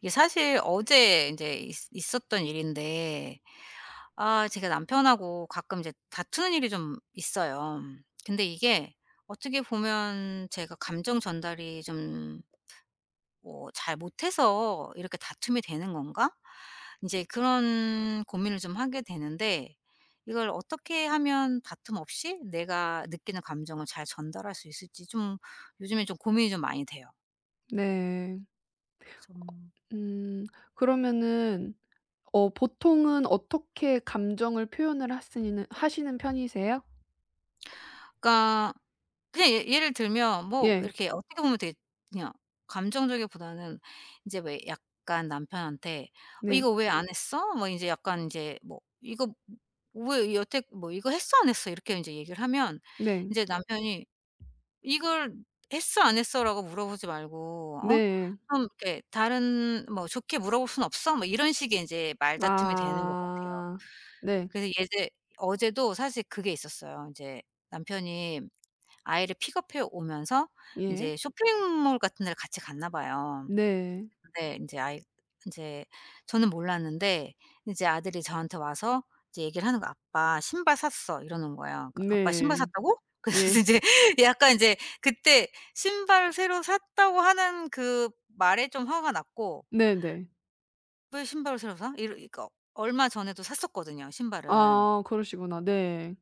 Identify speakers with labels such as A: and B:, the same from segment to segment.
A: 이게 사실 어제 인제 있 있었던 일인데, 아 제가 남편하고 가끔 이제 다투는 일이 좀 있어요. 근데 이게 어떻게 보면 제가 '감정 전달이 좀 뭐 잘 못해서 이렇게 다툼이 되는 건가?' 인제 그런 고민을 좀 하게 되는데, 이걸 어떻게 하면 다툼 없이 내가 느끼는 감정을 잘 전달할 수 있을지 좀, 요즘에 좀 고민이 좀 많이 돼요.
B: 네.
A: 좀
B: 음, 그러면은 어 보통은 어떻게 감정을 표현을 하시는 편이세요?
A: 그러니까 그냥 예를 들면 뭐
B: 예.
A: 이렇게 어떻게 보면 되게 그냥 감정적이기보다는, 이제 왜 약간 남편한테 "어
B: 네.
A: 이거 왜 안 했어?" 뭐 이제 약간 이제 뭐 "이거 왜 여태 뭐 이거 했어 안 했어?" 이렇게 이제 얘기를 하면,
B: 네.
A: 이제 남편이 "이걸 했어 안 했어?"라고 물어보지 말고 어
B: 네.
A: 좀 이렇게 "다른 뭐 좋게 물어볼 순 없어?" 뭐 이런 식의 이제 말다툼이 되는 것 같아요.
B: 아. 네.
A: 그래서 예제 어제도 사실 그게 있었어요. 이제 남편이 아이를 픽업해 오면서
B: 예.
A: 인제 쇼핑몰 같은 데를 같이 갔나 봐요.
B: 네.
A: 근데 인제 아이 인제 저는 몰랐는데, 이제 아들이 저한테 와서 이제 얘기를 하는 거야. "아빠 신발 샀어." 이러는 거예요. 그러니까 "아빠 신발
B: 네.
A: 샀다고?" 그래서
B: 예.
A: 이제 약간 인제 그때 신발 새로 샀다고 하는 그 말에 좀 화가 났고,
B: 네네.
A: "왜 신발을 새로 사?" 이러 그러니까 얼마 전에도 샀었거든요, 신발을.
B: 아, 그러시구나. 네.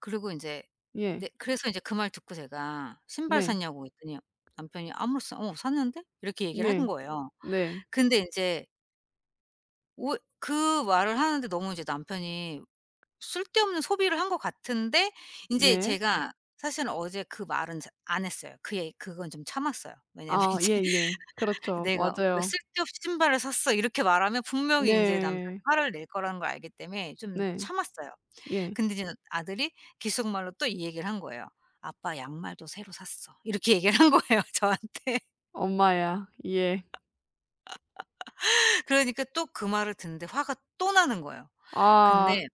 A: 그리고 인제
B: 예.
A: 네, 그래서 인제 그 말 듣고 제가 "신발
B: 네.
A: 샀냐."고 그랬더니 남편이 "아무렇지도 않 어 샀는데?" 이렇게 얘기를
B: 예.
A: 한 거예요.
B: 네.
A: 근데 인제 오 그 말을 하는데 너무 이제 남편이 쓸데없는 소비를 한 것 같은데, 인제
B: 네.
A: 제가 사실은 어제 그 말은 자 안 했어요. 그 얘 그건 좀 참았어요. 왜냐면
B: 아
A: 이제
B: 예예. 그렇죠.
A: 내가 "왜
B: 맞아요.
A: 쓸데없이 신발을 샀어." 이렇게 말하면 분명히 인제 남편이
B: 네.
A: 화를 낼 거라는 걸 알기 때문에 좀
B: 네.
A: 참았어요.
B: 예.
A: 근데 이제 아들이 귓속말로 또 이 얘기를 한 거예요. "아빠 양말도 새로 샀어." 이렇게 얘기를 한 거예요 저한테.
B: 엄마야. 예.
A: 그러니까 또 그 말을 듣는데 화가 또 나는 거예요.
B: 아.
A: 근데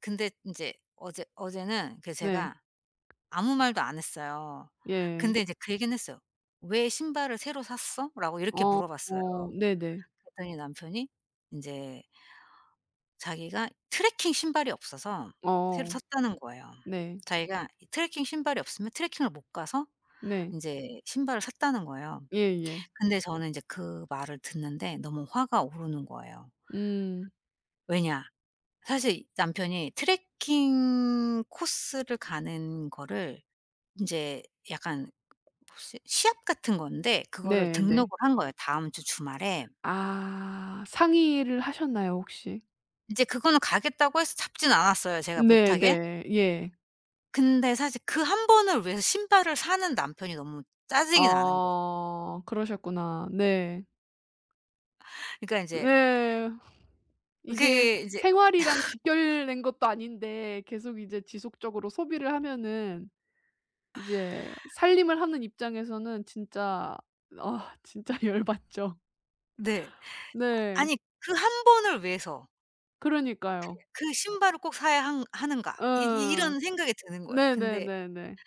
A: 근데 인제 어제는 그
B: 네.
A: 제가 아무 말도 안 했어요.
B: 예.
A: 근데 이제 그 얘기는 했어요. "왜 신발을 새로 샀어?" 라고 이렇게
B: 어
A: 물어봤어요.
B: 어 네네.
A: 그랬더니 남편이 인제 자기가 트레킹 신발이 없어서 새로
B: 어
A: 샀다는 거예요.
B: 네.
A: 자기가 이 트레킹 신발이 없으면 트레킹을 못 가서
B: 네.
A: 인제 신발을 샀다는 거예요.
B: 예예.
A: 근데 저는 인제 그 말을 듣는데 너무 화가 오르는 거예요.
B: 음
A: 왜냐 사실 남편이 트레킹 코스를 가는 거를 인제 약간 무슨 시합 같은 건데, 그거를 등록을
B: 네네.
A: 한 거예요 다음 주 주말에.
B: 아, 상의를 하셨나요 혹시?
A: 인제 그거는 가겠다고 해서 잡진 않았어요 제가 못하게.
B: 네네. 예.
A: 근데 사실 그 한 번을 위해서 신발을 사는 남편이 너무 짜증이 나는 거예요.
B: 아, 그러셨구나. 네.
A: 그러니까 인제
B: 예. 이게
A: 그게 인제
B: 생활이랑 직결된 것도 아닌데 계속 이제 지속적으로 소비를 하면은 이제 살림을 하는 입장에서는 진짜, 아 진짜 열받죠.
A: 네.
B: 네.
A: 아니 그 한 번을 위해서
B: 그러니까요.
A: '그 신발을 꼭 사야 한 하는가.' 이 이
B: 예.
A: 이런 생각이 드는 거예요. 근데
B: 네네네네.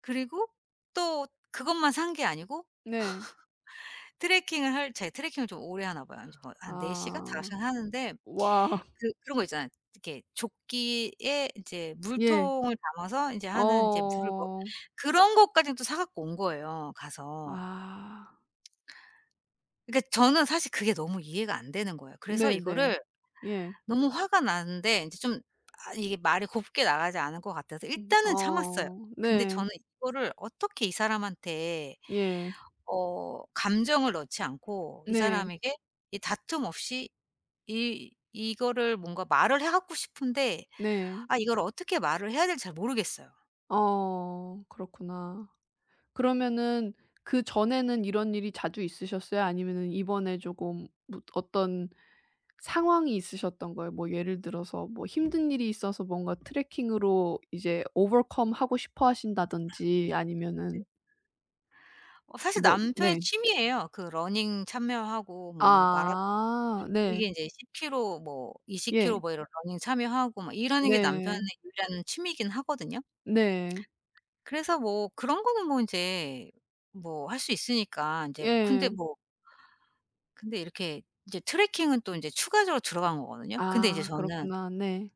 A: 그리고 또 그것만 산 게 아니고,
B: 네.
A: 트레킹을 할 제가 트레킹을 좀 오래 하나 봐요. 이제 뭐 한 4시간 시간, 다섯
B: 아.
A: 시간 하는데
B: 와.
A: 그런 거 있잖아요. 이렇게 조끼에 이제
B: 예.
A: 물통을 담아서 이제 하는 이제 물을 뭐
B: 어.
A: 그런 것까지는 또 사 갖고 온 거예요 가서.
B: 아.
A: 그러니까 저는 사실 그게 너무 이해가 안 되는 거예요. 그래서
B: 네네.
A: 이거를
B: 예.
A: 너무 화가 나는데 인제 좀, 아 이게 말이 곱게 나가지 않을 것 같아서 일단은 참았어요.
B: 어.
A: 근데
B: 네.
A: 저는 이거를 어떻게 이 사람한테
B: 예.
A: 어 감정을 넣지 않고 이
B: 네.
A: 사람에게 이 다툼 없이 이 이거를 뭔가 말을 해 갖고 싶은데,
B: 네.
A: 아 이걸 어떻게 말을 해야 될지 잘 모르겠어요.
B: 어. 그렇구나. 그러면은 그전에는 이런 일이 자주 있으셨어요? 아니면은 이번에 조금 뭐 어떤 상황이 있으셨던 거예요? 뭐 예를 들어서 뭐 힘든 일이 있어서 뭔가 트레킹으로 이제 overcome 하고 싶어 하신다든지 아니면은
A: 어 사실
B: 뭐.
A: 남편의
B: 네.
A: 취미예요. 그 러닝 참여하고 뭐 마라
B: 아 네.
A: 이게 인제 10킬로 킬로 뭐 20킬로
B: 예.
A: 킬로 뭐 이런 러닝 참여하고 막 이러는 게 남편의
B: 네.
A: 유일한 취미이긴 하거든요.
B: 네.
A: 그래서 뭐 그런 거는 뭐 인제 뭐 할 수 있으니까 인제 근데
B: 예.
A: 뭐, 근데 이렇게 이제 트래킹은 또 인제 추가적으로 들어간 거거든요. 근데 이제
B: 아
A: 저는
B: 그렇구나. 네.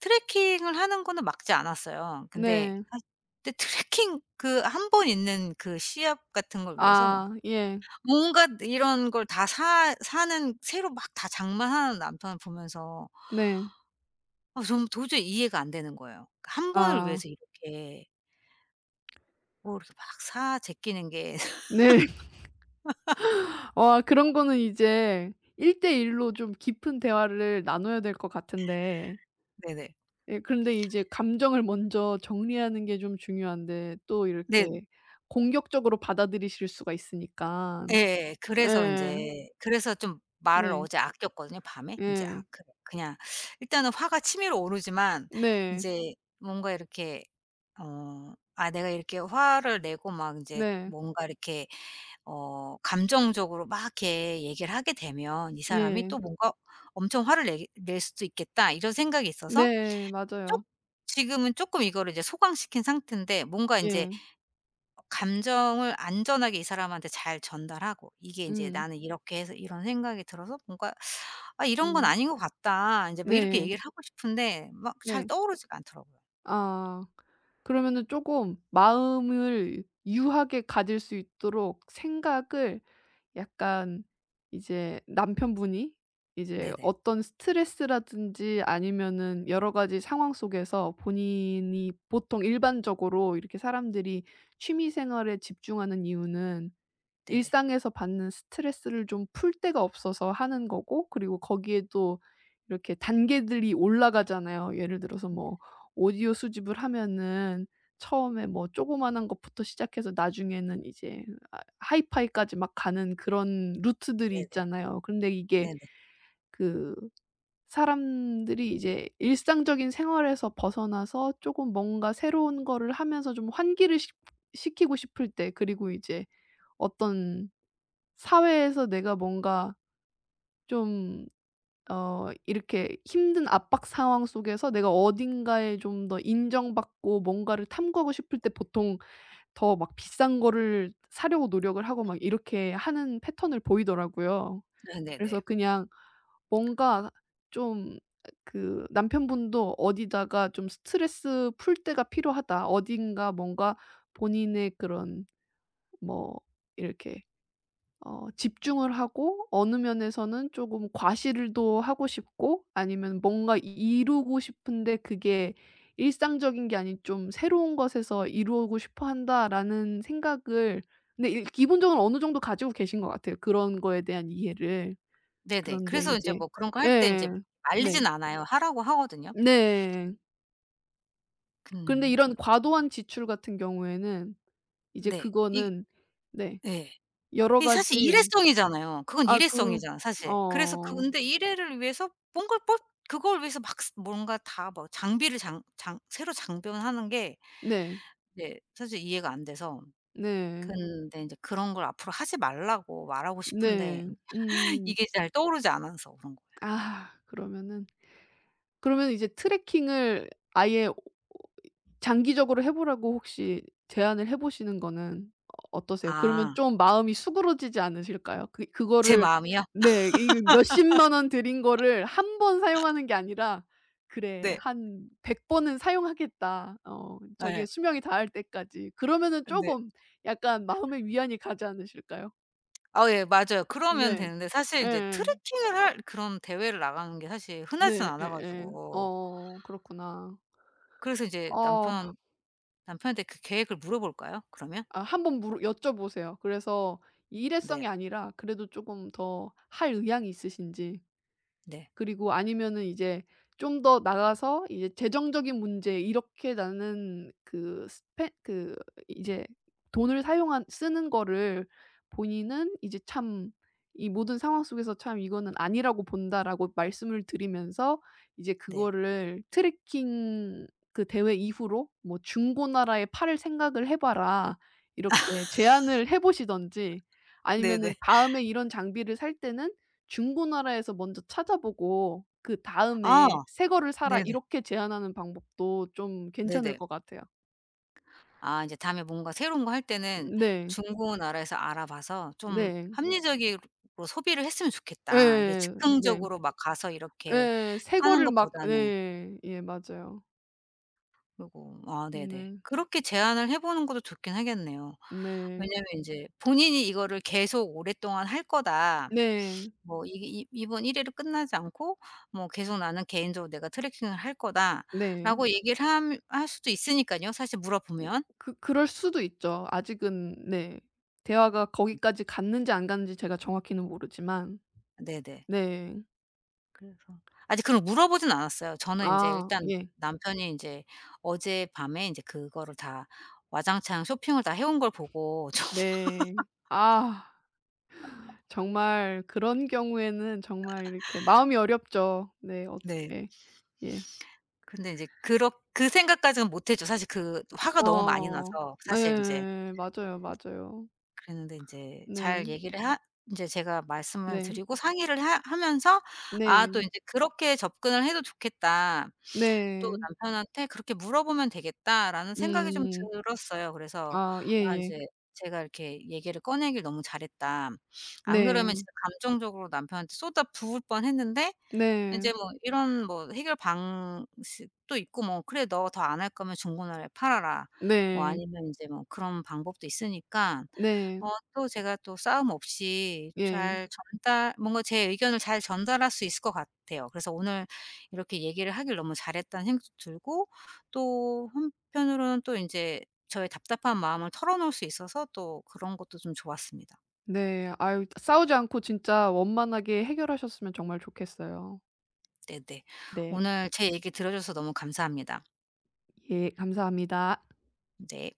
A: 트래킹을 하는 거는 막지 않았어요.
B: 네.
A: 근데 트래킹 그 한 번 있는 그 시합 같은 걸 위해서 막
B: 아 예.
A: 온갖 이런 걸 다 사 사는, 새로 막 다 장만하는 남편을 보면서
B: 네.
A: 아 저는 도저히 이해가 안 되는 거예요. 한 번을
B: 아
A: 위해서 이렇게 뭐 이렇게 막 사 제끼는 게
B: 네. 와, 그런 거는 이제 1대1로 좀 깊은 대화를 나눠야 될 것 같은데
A: 네네.
B: 예, 그런데 이제 감정을 먼저 정리하는 게 좀 중요한데 또 이렇게
A: 네네.
B: 공격적으로 받아들이실 수가 있으니까.
A: 예. 그래서 인제,
B: 예.
A: 그래서 좀 말을
B: 네.
A: 어제 아꼈거든요 밤에. 인제
B: 예.
A: '아 그래 그냥' 일단은 화가 치밀어 오르지만
B: 네.
A: 인제 뭔가 이렇게 어 '아 내가 이렇게 화를 내고 막 인제
B: 네.
A: 뭔가 이렇게 어 감정적으로 막 이렇게 얘기를 하게 되면 이 사람이
B: 예.
A: 또 뭔가 엄청 화를 내게 낼 수도 있겠다.' 이런 생각이 있어서
B: 네.
A: 쪼
B: 맞아요.
A: 지금은 쪼끔 이거를 이제 소강시킨 상태인데, 뭔가 인제
B: 예.
A: 감정을 안전하게 이 사람한테 잘 전달하고 이게 인제
B: 음.
A: "나는 이렇게 해서 이런 생각이 들어서 뭔가 아 이런 건
B: 음.
A: 아닌 것 같다." 인제 뭐 이렇게
B: 네.
A: 얘기를 하고 싶은데 막 잘
B: 네.
A: 떠오르지가 않더라고요.
B: 아. 그러면은 쪼금 마음을 유하게 가질 수 있도록 생각을 약간 이제 남편분이 이제
A: 네네.
B: 어떤 스트레스라든지 아니면은 여러 가지 상황 속에서 본인이 보통 일반적으로 이렇게 사람들이 취미 생활에 집중하는 이유는
A: 네네.
B: 일상에서 받는 스트레스를 좀 풀 데가 없어서 하는 거고, 그리고 거기에 또 이렇게 단계들이 올라가잖아요. 예를 들어서 뭐 오디오 수집을 하면은 처음에 뭐 조그마한 것부터 시작해서 나중에는 이제 아 하이파이까지 막 가는 그런 루트들이
A: 네네.
B: 있잖아요. 근데 이게
A: 네네.
B: 그 사람들이 이제 일상적인 생활에서 벗어나서 쪼금 뭔가 새로운 거를 하면서 좀 환기를 시 시키고 싶을 때, 그리고 이제 어떤 사회에서 내가 뭔가 좀 어 이렇게 힘든 압박 상황 속에서 내가 어딘가에 좀 더 인정받고 뭔가를 탐구하고 싶을 때 보통 더 막 비싼 거를 사려고 노력을 하고 막 이렇게 하는 패턴을 보이더라고요.
A: 네네네.
B: 그래서 그냥 뭔가 좀 그 남편분도 어디다가 좀 스트레스 풀 때가 필요하다. 어딘가 뭔가 본인의 그런 뭐 이렇게 어 집중을 하고 어느 면에서는 조금 과실도 하고 싶고, 아니면 뭔가 이루고 싶은데 그게 일상적인 게 아닌 좀 '새로운 것에서 이루고 싶어 한다.'라는 생각을 근데 일 기본적으로 어느 정도 가지고 계신 것 같아요, 그런 거에 대한 이해를.
A: 네네.
B: 그런데
A: 그래서 인제
B: 이제.
A: 뭐 그런 거 할 때
B: 예.
A: 인제
B: 네.
A: 말리진 않아요. 하라고 하거든요.
B: 네. 런데
A: 근
B: 이런 과도한 지출 같은 경우에는 이제
A: 네. 이
B: 그거는. 네.
A: 예.
B: 여러
A: 그게 사실
B: 가지.
A: 일회성이잖아요. 그건
B: 아 그
A: 일회성이잖아 사실. 그래서 그,
B: 어
A: 근데 일회를 위해서 뭔가 뽑 그걸 위해서 막 쓰 뭔가 다 뭐 장비를 장 장 새로 장변하는 게
B: 네.
A: 이제 사실 이해가 안 돼서,
B: 네.
A: 근데 인제 그런 걸 앞으로 하지 말라고 말하고 싶은데
B: 네. 음.
A: 이게 잘 떠오르지 않아서 그런 거예요.
B: 아 그러면은 그러면 이제 트래킹을 아예 오 장기적으로 해 보라고 혹시 제안을 해 보시는 거는 어 어떠세요? 그러면
A: 아
B: 좀 마음이 수그러지지 않으실까요? 그
A: 제
B: 그거를
A: 마음이요?
B: 네 이거 몇십만 원 들인 거를 한 번 사용하는 게 아니라 '그래
A: 네.
B: 한 백 번은 사용하겠다. 어 저게
A: 예.
B: 수명이 다할 때까지.' 그러면은
A: 네.
B: 쪼금 약간 마음의 위안이 가지 않으실까요?
A: 아 예 맞아요. 그러면
B: 네.
A: 되는데 사실 인제
B: 예예.
A: 트레킹을 할 그런 대회를 나가는 게 사실 흔하진
B: 네.
A: 않아
B: 예예.
A: 가지고,
B: 어 그렇구나.
A: 그래서 이제
B: 어
A: 남편한테 그 계획을 물어볼까요? 그러면?
B: 아 한번 물어 여쭤보세요. 그래서 일회성이
A: 네.
B: 아니라 그래도 쪼금 더 할 의향이 있으신지.
A: 네.
B: 그리고 아니면은 이제 좀 더 나가서 이제 재정적인 문제 이렇게 나는 그 스페 그 이제 돈을 사용한 쓰는 거를 본인은 이제 참 이 모든 상황 속에서 참 "이거는 아니라고 본다."라고 말씀을 드리면서 이제
A: 네.
B: 그거를 "트레킹 그 대회 이후로 뭐 중고 나라에 팔을 생각을 해 봐라." 이렇게 제안을 해 보시든지
A: 네네.
B: 아니면은 "다음에 이런 장비를 살 때는 중고나라에서 먼저 찾아보고
A: 아.
B: 그다음에 "새 거를 사라."
A: 네네.
B: 이렇게 제안하는 방법도 좀 괜찮을
A: 네네.
B: 것 같아요.
A: 아 인제 다음에 뭔가 새로운 거 할 때는
B: 네.
A: '중고 나라에서 알아봐서 좀
B: 네.
A: 합리적으로 소비를 했으면 좋겠다.' 이게
B: 예. 네.
A: 즉흥적으로 막 가서 이렇게
B: 예. 새
A: 사는
B: 거를 막
A: 것보다는.
B: 네. 예 맞아요.
A: 그리고 아 네네,
B: 네.
A: 그렇게 제안을 해 보는 것도 좋긴 하겠네요.
B: 네.
A: 왜냐면 인제 본인이 이거를 계속 오랫동안 할 거다,
B: 네.
A: 뭐 이게 이 이번 1회로 회로 끝나지 않고 뭐 "계속 나는 개인적으로 내가 트래킹을 할
B: 네.
A: 거다."라고 얘기를 함 할 수도 있으니까요 사실 물어보면.
B: 그럴 수도 있죠. 아직은 네. 대화가 거기까지 갔는지 안 갔는지 제가 정확히는 모르지만.
A: 네네.
B: 네.
A: 그래서 아직 그런 물어보진 않았어요. 저는 이제
B: 아
A: 일단
B: 예.
A: 남편이 이제 어젯밤에 이제 그거를 다 와장창 쇼핑을 다 해온 걸 보고 좀
B: 네. 아. 정말 그런 경우에는 정말 이렇게 마음이 어렵죠. 네
A: 네.
B: 어떻게. 예.
A: 근데 이제 그렇 그 생각까지는 못 했죠. 사실 그 화가 너무 많이
B: 어.
A: 나서 사실 이제
B: 네. 맞아요, 맞아요.
A: 그랬는데, 인제
B: 네.
A: 잘 얘기를 하 인제 제가 말씀을
B: 네.
A: 드리고 상의를 하 하면서 아 또
B: 네.
A: 인제 '그렇게 접근을 해도 좋겠다. 또
B: 네.
A: 남편한테 그렇게 물어보면 되겠다.'라는 생각이 좀
B: 음.
A: 들었어요. 그래서
B: 아
A: 아
B: 예예.
A: 이제 제가 이렇게 얘기를 꺼내길 너무 잘했다. 안 그러면
B: 네.
A: 진짜 감정적으로 남편한테 쏟아 부을 뻔했는데,
B: 네.
A: 인제 뭐 이런 뭐 해결 방식도 있고 뭐 "그래 너 더 안 할 거면 중고나라에 팔아라." 뭐
B: 네.
A: 아니면 인제 뭐 그런 방법도 있으니까
B: 네.
A: 어 또 제가 또 싸움 없이
B: 예.
A: 잘 전달 뭔가 제 의견을 잘 전달할 수 있을 것 같아요. 그래서 오늘 이렇게 얘기를 하길 너무 잘했다는 생각도 들고, 또 한편으로는 또 인제 저의 답답한 마음을 털어놓을 수 있어서 또 그런 것도 좀 좋았습니다.
B: 네. 아유, 싸우지 않고 진짜 원만하게 해결하셨으면 정말 좋겠어요.
A: 네네.
B: 네.
A: 오늘 제 얘기 들어 줘서 너무 감사합니다.
B: 예 감사합니다.
A: 네.